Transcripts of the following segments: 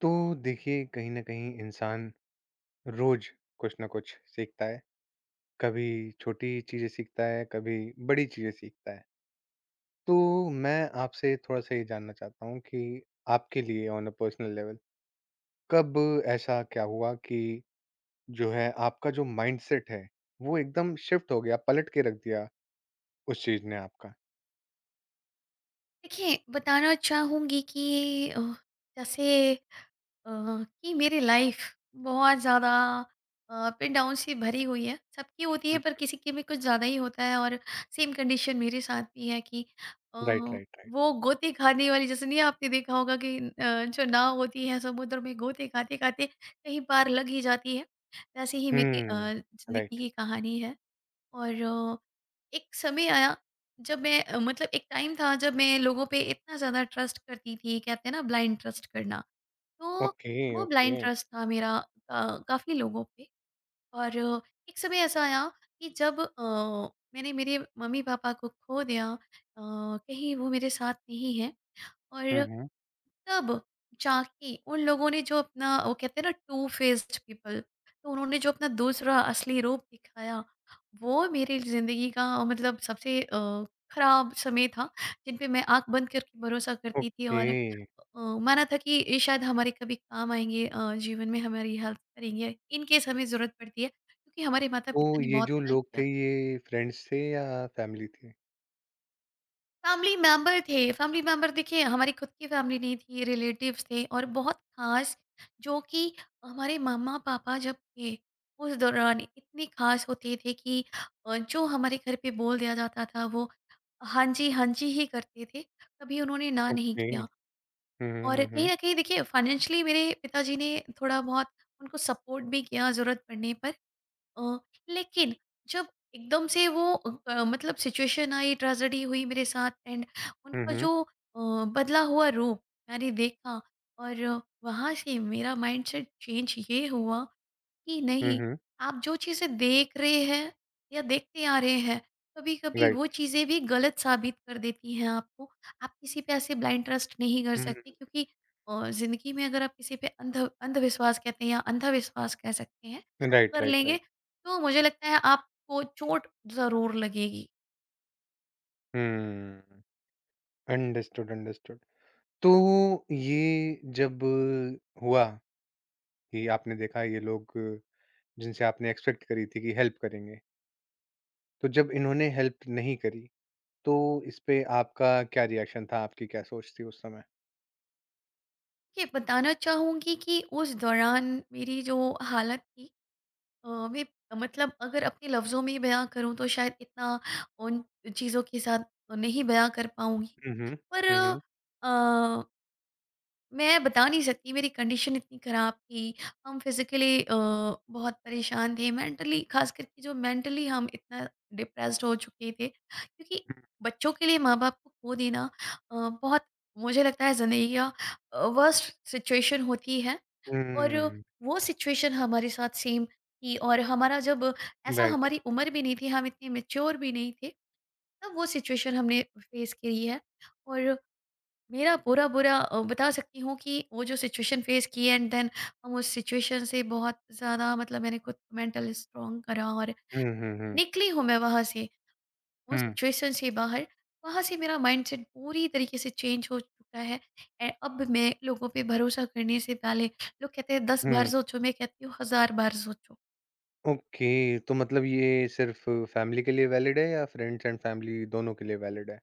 तो देखिए कहीं ना कहीं इंसान रोज कुछ ना कुछ सीखता है, कभी छोटी चीजें सीखता है, कभी बड़ी चीजें सीखता है। तो मैं आपसे थोड़ा सा ये जानना चाहता हूँ कि आपके लिए ऑन अ पर्सनल लेवल कब ऐसा क्या हुआ कि जो है आपका जो माइंडसेट है वो एकदम शिफ्ट हो गया, पलट के रख दिया उस चीज ने आपका। देखिए, बताना चाहूँगी कि जैसे कि मेरी लाइफ बहुत ज़्यादा अप एंड डाउन से भरी हुई है। सबकी होती है, पर किसी की में कुछ ज़्यादा ही होता है। और सेम कंडीशन मेरे साथ भी है कि अ, राइट, राइट, राइट। वो गोते खाने वाली, जैसे नहीं आपने देखा होगा कि जो नाव होती है समुद्र में गोते खाते-खाते कहीं पार लग ही जाती है। वैसे ही मेरी हम्म। ज़िंदगी राइट। की कहानी है। और एक समय आया जब मैं, मतलब एक टाइम था जब मैं लोगों पे इतना ज़्यादा ट्रस्ट करती थी। कहते हैं ना ब्लाइंड ट्रस्ट करना, तो ओके, वो ओके। ब्लाइंड ट्रस्ट था मेरा, काफ़ी लोगों पे। और एक समय ऐसा आया कि जब मैंने मेरे मम्मी पापा को खो दिया, कहीं वो मेरे साथ नहीं है। हम्म, और हम्म। तब जाके उन लोगों ने, जो अपना, वो कहते हैं ना टू फेस्ड पीपल, तो उन्होंने जो अपना दूसरा असली रूप दिखाया, वो मेरी जिंदगी का, मतलब सबसे खराब समय था। जिन पे मैं आंख बंद करके भरोसा करती थी ओके। और माना था कि ये शायद हमारे कभी काम आएंगे, जीवन में हमारी हेल्प करेंगे इन केस हमें जरूरत पड़ती है, क्योंकि हमारे माता तो पिता ने ये बहुत जो हेल्प लोग किया। थे, ये फ्रेंड्स थे या फैमिली थी? फैमिली मेंबर थे, फैमिली मेंबर। देखिए, हमारी खुद की फैमिली नहीं थी, रिलेटिव्स थे, और बहुत खास, जो कि हमारे मामा पापा जब थे उस दौरान इतने खास होते थे कि जो हमारे घर पे बोल दिया जाता था वो हाँ जी, हाँ जी ही करते थे। कभी उन्होंने ना नहीं ओके। हुँ, किया। हुँ, और हुँ, कहीं हुँ। ना कहीं देखिए, फाइनेंशियली मेरे पिताजी ने थोड़ा बहुत उनको सपोर्ट भी किया ज़रूरत पड़ने पर। अ, लेकिन जब एकदम से वो, मतलब सिचुएशन आई, ट्रेजेडी हुई मेरे साथ, एंड हुँ, उनका हुँ, जो बदला हुआ रूप मैंने देखा, और वहाँ से मेरा माइंडसेट चेंज ये हुआ कि हुँ, नहीं। हुँ। आप जो चीज़ें देख रहे हैं या देखते आ रहे हैं, कभी-कभी वो राइट। चीज़ें भी गलत साबित कर देती हैं आपको। आप किसी पे ऐसे ब्लाइंड ट्रस्ट नहीं कर सकते, हुँ। क्योंकि ज़िंदगी में अगर आप किसी पे अंधविश्वास कहते हैं या अंधा विश्वास कह सकते हैं, राइट, कर राइट, लेंगे, राइट। तो मुझे लगता है आपको चोट ज़रूर लगेगी। हुँ। Understood, understood. तो ये जब हुआ कि आपने देखा ये लोग जिनसे आपने एक्सपेक्ट करी थी कि हेल्प करेंगे, तो जब इन्होंने हेल्प नहीं करी, तो इस पे आपका क्या रिएक्शन था? आपकी क्या सोच थी उस समय? देखिए, बताना चाहूँगी कि उस दौरान मेरी जो हालत थी, मैं, मतलब अगर अपने लफ्ज़ों में बयाँ करूँ तो शायद इतना उन चीज़ों के साथ नहीं बयाँ कर पाऊँगी। हुँ, हुँ। पर हुँ, हुँ। अ, मैं बता नहीं सकती, मेरी कंडीशन इतनी ख़राब थी। हम फ़िज़िकली बहुत परेशान थे, मेंटली ख़ास करके, जो मेंटली हम इतना डिप्रेस्ड हो चुके थे, क्योंकि बच्चों के लिए माँ-बाप को खो देना अ, बहुत, मुझे लगता है, ज़िंदगी का वर्स्ट सिचुएशन होती है। हुँ, और हुँ। वो सिचुएशन हमारे साथ सेम थी, और हमारा जब, ऐसा राइट। हमारी उम्र भी नहीं थी, हम इतने मैच्योर भी नहीं थे, तब वो सिचुएशन हमने फेस करी है। और मेरा पूरा-पूरा बता सकती हूँ कि वो जो सिचुएशन फेस की, एंड देन हम उस सिचुएशन से बहुत ज़्यादा, मतलब मैंने खुद को मेंटली स्ट्रॉन्ग करा और हुँ, हुँ, हुँ। निकली हूँ मैं वहाँ से। उस हुँ, सिचुएशन से बाहर। वहाँ से मेरा माइंडसेट पूरी तरीके से चेंज हो चुका है, एंड अब मैं लोगों पे भरोसा करने से पहले, लोग कहते हैं 10 बार हुँ। सोचो, मैं कहती हूँ 1000 बार सोचो। ओके, तो मतलब ये सिर्फ़ फैमिली के लिए वैलिड है या फ्रेंड्स एंड फैमिली दोनों के लिए वैलिड है?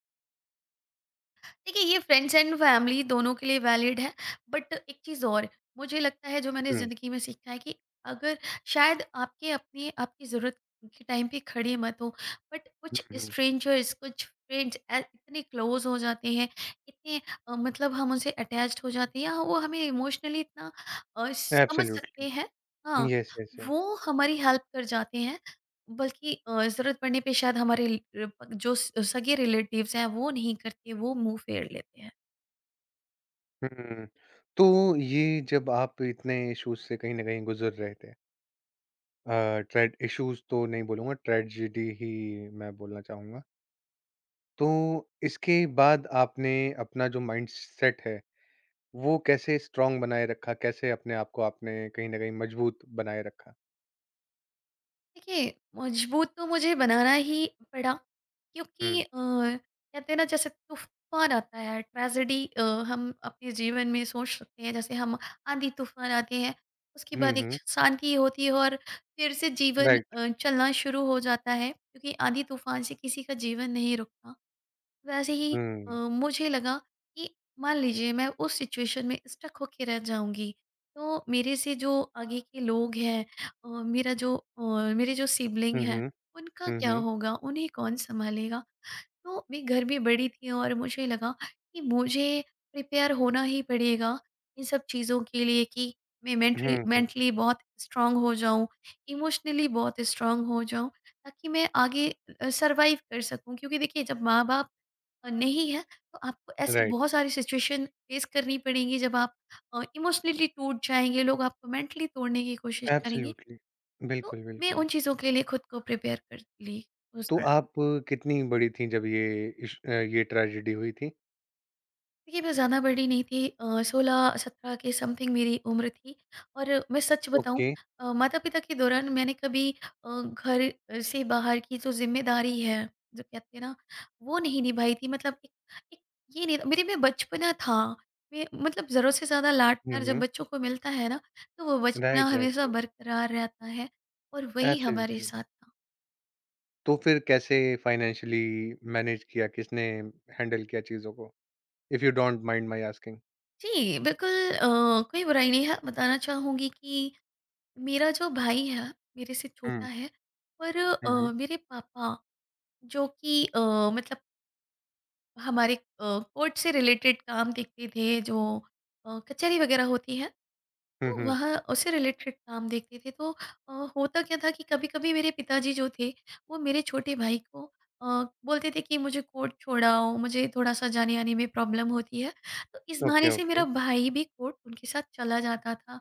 देखिए, ये फ्रेंड्स एंड फैमिली दोनों के लिए वैलिड है। बट एक चीज़ और, मुझे लगता है जो मैंने हुँ, ज़िंदगी में सीखा है, कि अगर शायद आपके अपने आपकी ज़रूरत के टाइम पे खड़े मत हो, बट हुँ, कुछ हुँ, स्ट्रेंजर्स, कुछ फ्रेंड्स इतने क्लोज हो जाते हैं, इतने, मतलब हम उनसे अटैच्ड हो जाते हैं, या वो हमें इमोशनली इतना समझ सकते एब्सोल्यूटली। हैं। हाँ, येस, येस, येस। वो हमारी हेल्प कर जाते हैं, बल्कि ज़रूरत पड़ने पे शायद हमारे जो सगे रिलेटिव्स हैं वो नहीं करते, वो मुंह फेर लेते हैं। हुँ। तो ये जब आप इतने इश्यूज़ से कहीं न कहीं गुज़र रहे थे, ट्रेड इश्यूज़ तो नहीं बोलूँगा, ट्रेजेडी ही मैं बोलना चाहूँगा। तो इसके बाद आपने अपना जो माइंडसेट है, वो कैसे स्ट्रॉन्ग बनाए रखा? कैसे अपने आप को आपने कहीं न कहीं मजबूत बनाए रखा? देखिए, मजबूत तो मुझे बनाना ही पड़ा, क्योंकि हुँ। कहते हैं ना, जैसे तूफान आता है, ट्रेजेडी हम अपने जीवन में सोच सकते हैं जैसे हम आंधी तूफान आते हैं, उसके हुँ, बाद एक हुँ, शांति होती है और फिर से जीवन राइट। चलना शुरू हो जाता है, क्योंकि आंधी तूफान से किसी का जीवन नहीं रुकता। वैसे ही हुँ। मुझे लगा कि मान लीजिए मैं उस सिचुएशन में स्टक होके रह जाऊंगी, तो मेरे से जो आगे के लोग हैं, अ, मेरा जो अ, मेरे जो सिबलिंग हुँ, है, हुँ। उनका हुँ, क्या हुँ। होगा, उन्हें कौन संभालेगा। तो मैं घर में बड़ी थी, और मुझे लगा कि मुझे प्रिपेयर होना ही पड़ेगा इन सब चीज़ों के लिए, कि मैं मेंटली हुँ, हुँ। मेंटली बहुत स्ट्रांग हो जाऊं, इमोशनली बहुत स्ट्रांग हो जाऊं, ताकि मैं आगे सरवाइव कर सकूं, क्योंकि देखिए, जब माँ बाप नहीं है, तो आपको ऐसी राइट, बहुत सारी सिचुएशन फेस करनी पड़ेंगी, जब आप इमोशनली टूट जाएंगे, लोग आपको मेंटली तोड़ने की कोशिश करेंगे। एब्सोल्युटली। तो बिल्कुल, मैं बिल्कुल। उन चीज़ों के लिए खुद को प्रिपेयर कर ली उस तो दौरान। आप कितनी बड़ी थीं जब ये ट्रेजेडी हुई थी? देखिए, मैं ज़्यादा बड़ी नहीं थी, 16-17 के समथिंग मेरी उम्र थी। और मैं सच बताऊँ, ओके। माता-पिता के दौरान मैंने कभी घर से बाहर की जो ज़िम्मेदारी है, जो कहते हैं ना, वो नहीं निभाई थी। मतलब एक एक, ये नहीं, मेरे में बचपना था। मैं, मतलब ज़रूरत से ज़्यादा हुँ, लाड-प्यार जब हुँ। बच्चों को मिलता है ना, तो वो बचपना राइट, राइट, हमेशा राइट। बरकरार रहता है, और वही हमारे एब्सोल्युटली। साथ था। तो फिर कैसे फाइनेंशियली मैनेज किया? किसने हैंडल किया चीज़ों को? If you don't mind my asking? जी, बिल्कुल। कोई बुराई नहीं है। बताना चाहूँगी कि मेरा जो भाई है, मेरे से छोटा हुँ। है। और हुँ, हुँ। मेरे पापा, जो कि मतलब हमारे कोर्ट से रिलेटेड काम देखते थे, जो कचहरी वगैरह होती है, हुँ, तो हुँ। वहाँ उससे रिलेटेड काम देखते थे। तो होता क्या था कि कभी-कभी मेरे पिताजी जो थे, वो मेरे छोटे भाई को अ, बोलते थे कि मुझे कोर्ट छोड़ाओ, मुझे थोड़ा-सा जाने-आने में प्रॉब्लम होती है। तो इस ओके, बहाने से ओके, मेरा भाई भी कोर्ट उनके साथ चला जाता था।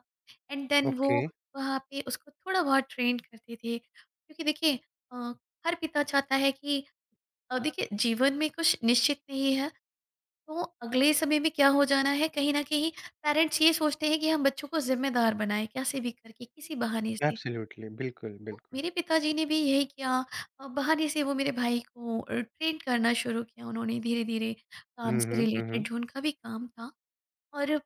एंड देन वो ओके। वहाँ पे उसको थोड़ा बहुत ट्रेन करते थे। क्योंकि देखिए, अ, हर पिता चाहता है कि, देखिए, जीवन में कुछ निश्चित नहीं है, तो अगले समय में क्या हो जाना है, कहीं न कहीं पेरेंट्स ये सोचते हैं कि हम बच्चों को ज़िम्मेदार बनाएँ, कैसे भी करके, किसी बहाने से। एब्सोल्युटली, बिल्कुल, तो बिल्कुल। मेरे पिताजी ने भी यही किया। बहाने से वो मेरे भाई को ट्रेन करना शुरू किया उन्होंने, धीरे-धीरे, काम हुँ, से हुँ। हुँ, हुँ। रिलेटेड जो उनका भी काम था। और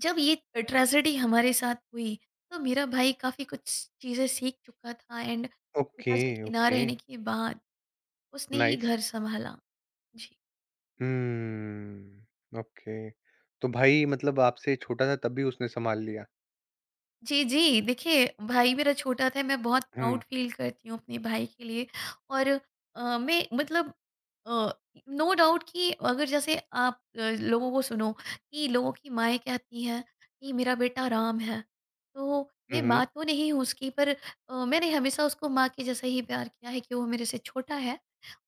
जब ये ट्रेजेडी हमारे साथ हुई, तो मेरा भाई काफ़ी कुछ चीज़ें सीख चुका था। एंड ओके, पिताजी के ना ओके। रहने के बाद उसने ही नाइस। घर सँभाला। जी। ओके। तो भाई मतलब आपसे छोटा था, तब भी उसने सँभाल लिया? जी, जी। देखिए, भाई मेरा छोटा था, मैं बहुत हुँ, प्राउड फ़ील करती हूँ अपने भाई के लिए। और मैं, मतलब अ, नो डाउट, कि अगर जैसे आप लोगों को सुनो कि लोगों की माएँ कहती हैं कि मेरा बेटा राम है, तो हुँ, मैं हुँ। माँ तो नहीं हूँ उसकी, पर मैंने हमेशा उसको माँ के जैसा ही प्यार किया है, कि वो मेरे से छोटा है।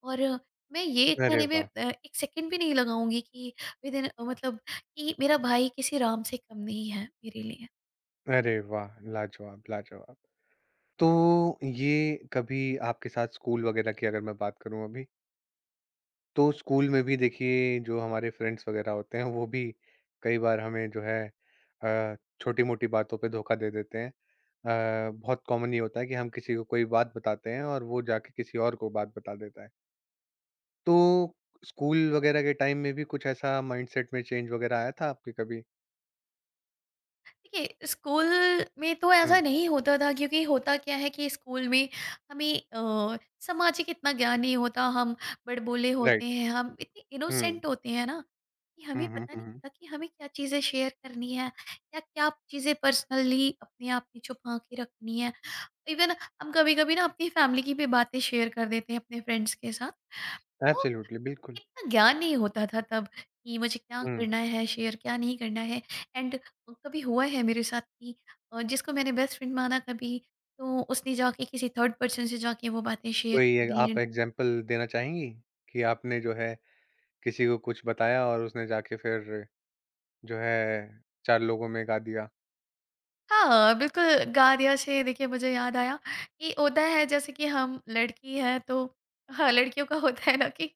और मैं ये अरे कहने में वाह! 1 सेकंड भी नहीं लगाऊँगी कि विदिन, मतलब कि मेरा भाई किसी राम से कम नहीं है मेरे लिए। अरे वाह! लाजवाब, लाजवाब। तो ये कभी आपके साथ स्कूल वगैरह की अगर मैं बात करूँ अभी, तो स्कूल में भी देखिए जो हमारे फ्रेंड्स वगैरह होते हैं, वो भी कई बार हमें जो है, अ, छोटी-मोटी बातों पे धोखा दे देते हैं। बहुत कॉमन ये होता है कि हम किसी को कोई बात बताते हैं और वो जाके किसी और को बात बता देता है। तो स्कूल वगैरह के टाइम में भी कुछ ऐसा माइंडसेट में चेंज वगैरह आया था आपके कभी? देखिए, स्कूल में तो ऐसा हुँ, नहीं होता था, क्योंकि होता क्या है कि स्कूल में हमें सामाजिक इतना ज्ञान नहीं होता, हम बड़बोले होते राइट। हैं, हम इतने हुँ, इनोसेंट होते हैं ना, कि हमें हुँ, हुँ, पता नहीं हुँ, हुँ। होता कि हमें क्या चीज़ें शेयर करनी है, या क्या चीज़ें पर्सनली अपने आप में छुपा के रखनी है। इवन हम कभी कभी ना अपनी फैमिली की भी बातें शेयर कर देते हैं अपने फ्रेंड्स के साथ। एब्सोल्युटली, बिल्कुल। इतना ज्ञान नहीं होता था तब, कि मुझे क्या हुँ। करना है शेयर, क्या नहीं करना है। एंड कभी हुआ है मेरे साथ कि जिसको मैंने बेस्ट फ्रेंड माना कभी, तो उसने जाके किसी थर्ड पर्सन से जाके वो बातें शेयर कोई कर ए दी आप हैं। एग्ज़ाम्पल देना चाहेंगी कि आपने जो है किसी को कुछ बताया और उसने जाके फिर जो है 4 लोगों में गा दिया? हाँ, बिल्कुल। गार्डिया से देखिए मुझे याद आया कि होता है, जैसे कि हम लड़की हैं, तो हाँ, लड़कियों का होता है ना, कि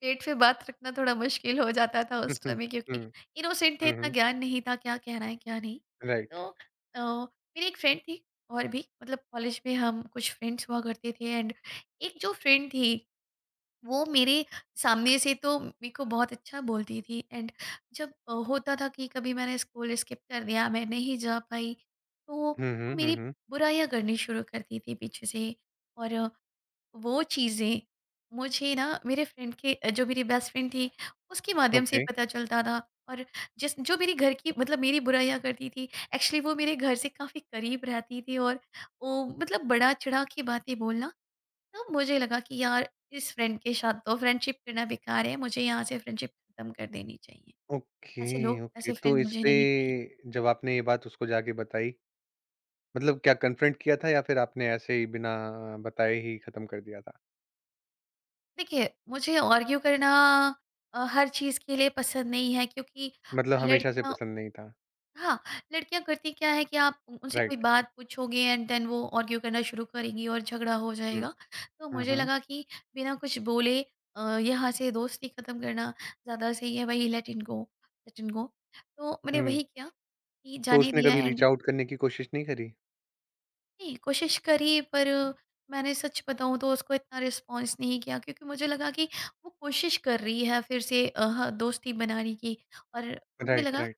पेट पे बात रखना थोड़ा मुश्किल हो जाता था उस समय, क्योंकि हुँ, हुँ, इनोसेंट थे, इतना हुँ, ज्ञान नहीं था क्या कहना है क्या नहीं। राइट। तो मेरी एक फ्रेंड थी और भी, मतलब कॉलेज में हम कुछ फ्रेंड्स हुआ करते थे। एंड एक जो फ्रेंड थी, वो मेरे सामने से तो मेरे को बहुत अच्छा बोलती थी, एंड जब होता था कि कभी मैंने स्कूल स्किप कर दिया, मैं नहीं जा पाई, तो वो हुँ, हुँ, हुँ, मेरी हुँ। बुराइयां करनी शुरू करती थी पीछे से। और वो चीज़ें मुझे ना, मेरे फ्रेंड के, जो मेरी बेस्ट फ्रेंड थी, उसके माध्यम से ओके, पता चलता था। और जिस जो मेरी घर की, मतलब मेरी बुराइयां करती थी, एक्चुअली वो मेरे घर से काफ़ी करीब रहती थी, और वो, मतलब बड़ा चढ़ा के बातें बोलना। तब मुझे लगा कि यार, इस फ्रेंड के साथ तो फ्रेंडशिप करना बेकार है, मुझे यहाँ से फ्रेंडशिप खत्म कर देनी चाहिए, ऐसे ओके, लोग, ओके। ऐसे तो फ्रेंड इस मुझे पे नहीं चाहिए। जब आपने ये बात उसको जाके बताई, मतलब क्या कन्फ्रंट किया था या फिर आपने ऐसे ही बिना बताए ही खत्म कर दिया था? देखिए, मुझे आर्ग्यू करना हर चीज के लिए पसंद नहीं है, क्योंकि मतलब हमेशा से लड़कियां, पसंद नहीं था। हाँ लड़कियां करती क्या है कि आप उनसे कोई राइट। बात पूछोगे, एंड देन वो आर्ग्यू करना शुरू करेंगी और झगड़ा हो हुँ। जाएगा। तो हुँ, मुझे हुँ। लगा कि बिना कुछ बोले यहाँ से दोस्ती खत्म करना ज्यादा सही है, भाई, लेट इन गो, लेट इन गो। तो मैंने हुँ। वही किया, कि तो जाने उसने दिया। कभी रीच एंड आउट करने की कोशिश नहीं करी? नहीं, कोशिश करी, पर मैंने सच बताऊं तो उसको इतना रिस्पॉन्स नहीं किया, क्योंकि मुझे लगा कि वो कोशिश कर रही है फिर से, हाँ, दोस्ती बनाने की। और मुझे राइट, लगा राइट।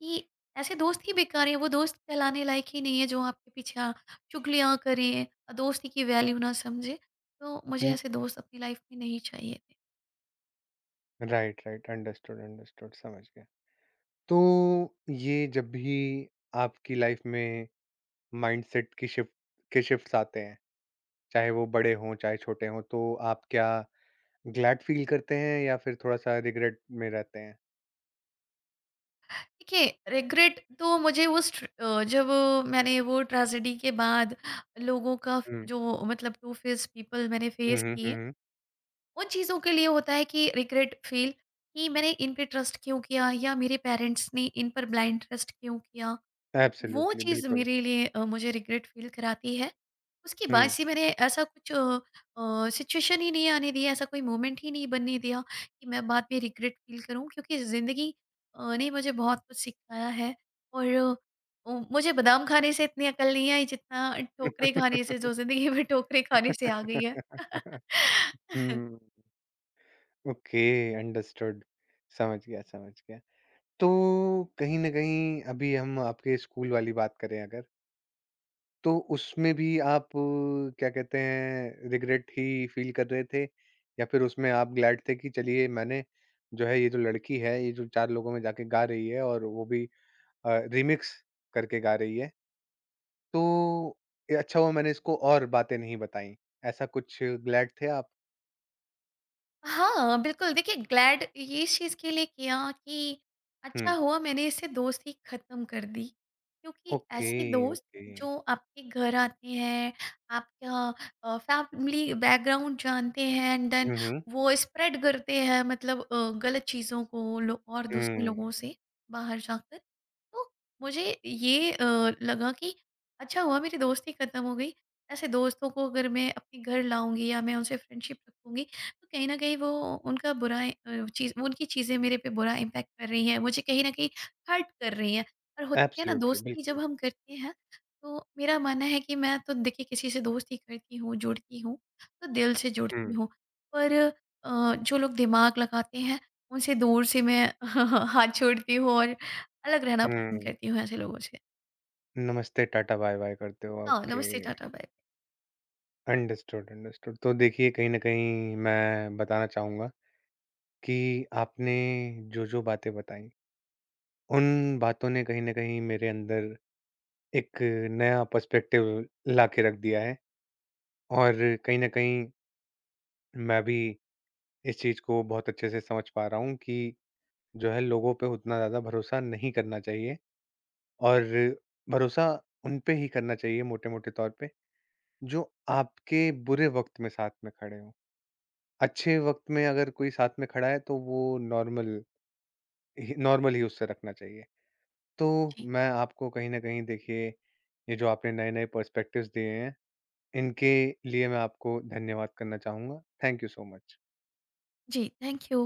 कि ऐसे दोस्त ही बेकार हैं, वो दोस्त कहलाने लायक ही नहीं है जो आपके पीछे चुगलियाँ करें, दोस्ती की वैल्यू ना समझे। तो मुझे हुँ। ऐसे दोस्त अपनी लाइफ में नहीं चाहिए थे। Right, right. अंडरस्टूड, अंडरस्टूड, समझ गया। तो ये जब भी आपकी लाइफ में माइंडसेट की शिफ्ट के शिफ्ट्स आते हैं, चाहे वो बड़े हों, चाहे छोटे हों, तो आप क्या ग्लैड फील करते हैं या फिर थोड़ा-सा रिग्रेट में रहते हैं? देखिए, रिग्रेट तो मुझे उस जब मैंने वो ट्रेजेडी के बाद लोगों का हुँ। जो, मतलब टू फेस पीपल मैंने हुँ, फेस हुँ, हुँ, किए, हुँ। उन चीज़ों के लिए होता है, कि रिग्रेट फील, कि मैंने इन पे ट्रस्ट क्यों किया, या मेरे पेरेंट्स ने इन पर ब्लाइंड ट्रस्ट क्यों किया। वो एब्सोल्युटली, चीज़ बिल्कुल। मेरे लिए, मुझे रिग्रेट फ़ील कराती है। उसके बाद हुँ। से मैंने ऐसा कुछ सिचुएशन ही नहीं आने दिया, ऐसा कोई मोमेंट ही नहीं बनने दिया कि मैं बाद में रिग्रेट फ़ील करूँ, क्योंकि ज़िंदगी ने मुझे बहुत कुछ सिखाया है। और मुझे बादाम खाने से इतनी अकल नहीं आई जितना ठोकरें खाने से, जो ज़िंदगी में ठोकरें खाने से आ गई है। हुँ। Okay, understood. समझ गया, समझ गया। तो कहीं न कहीं अभी हम आपके स्कूल वाली बात करें अगर, तो उसमें भी आप, क्या कहते हैं, रिग्रेट ही फ़ील कर रहे थे या फिर उसमें आप ग्लैड थे कि चलिए, मैंने जो है ये जो लड़की है, ये जो 4 लोगों में जाके गा रही है और वो भी रीमिक्स करके गा रही है, तो ये अच्छा हुआ मैंने इसको और बातें नहीं बताई। ऐसा कुछ ग्लैड थे आप? हाँ, बिल्कुल। देखिए, ग्लैड ये इस चीज़ के लिए किया कि अच्छा हुँ। हुआ मैंने इससे दोस्ती ख़त्म कर दी। क्योंकि ओके, ऐसे दोस्त ओके। जो आपके घर आते हैं, आपका फैमिली बैकग्राउंड जानते हैं, एंड देन हुँ, हुँ। वो स्प्रेड करते हैं, मतलब गलत चीज़ों को लो और दूसरे हुँ, लोगों से बाहर जाकर। तो मुझे ये, लगा कि अच्छा हुआ मेरी दोस्ती खत्म हो गई। ऐसे दोस्तों को अगर मैं अपने घर लाऊँगी या मैं उनसे फ्रेंडशिप रखूँगी, तो कहीं न कहीं वो, उनका बुरा, चीज़, उनकी चीज़ें मेरे पे बुरा इम्पैक्ट कर रही हैं, मुझे कहीं न कहीं हर्ट कर रही हैं। और होता क्या है ना, एब्सोल्युटली, दोस्ती जब बिल्कुल। हम करते हैं, तो मेरा मानना है कि, मैं तो देखिए, किसी से दोस्ती करती हूँ, जुड़ती हूँ तो दिल से जुड़ती हुँ, हूँ। पर जो लोग दिमाग लगाते हैं, उनसे दूर से मैं हाथ छोड़ती हूँ, और अलग रहना पसंद हुँ। करती हूँ ऐसे लोगों से। नमस्ते, टाटा, बाय-बाय करते हो, हाँ, ओके। नमस्ते, टाटा, बाय। Understood, understood. तो देखिए, कहीं न कहीं मैं बताना चाहूँगा कि आपने जो-जो बातें बताई, उन बातों ने कहीं न कहीं मेरे अंदर एक नया पर्सपेक्टिव ला के रख दिया है, और कहीं न कहीं मैं भी इस चीज़ को बहुत अच्छे से समझ पा रहा हूँ कि जो है, लोगों पे उतना ज़्यादा भरोसा नहीं करना चाहिए। और भरोसा उन पे ही करना चाहिए मोटे-मोटे तौर पे, जो आपके बुरे वक़्त में साथ में खड़े हों। अच्छे वक़्त में अगर कोई साथ में खड़ा है तो वो नॉर्मल ही, नॉर्मल ही उससे रखना चाहिए। तो जी। मैं आपको कहीं न कहीं देखिए, ये जो आपने नए-नए पर्सपेक्टिव्स दिए हैं, इनके लिए मैं आपको धन्यवाद करना चाहूँगा। Thank you so much. जी, थैंक यू।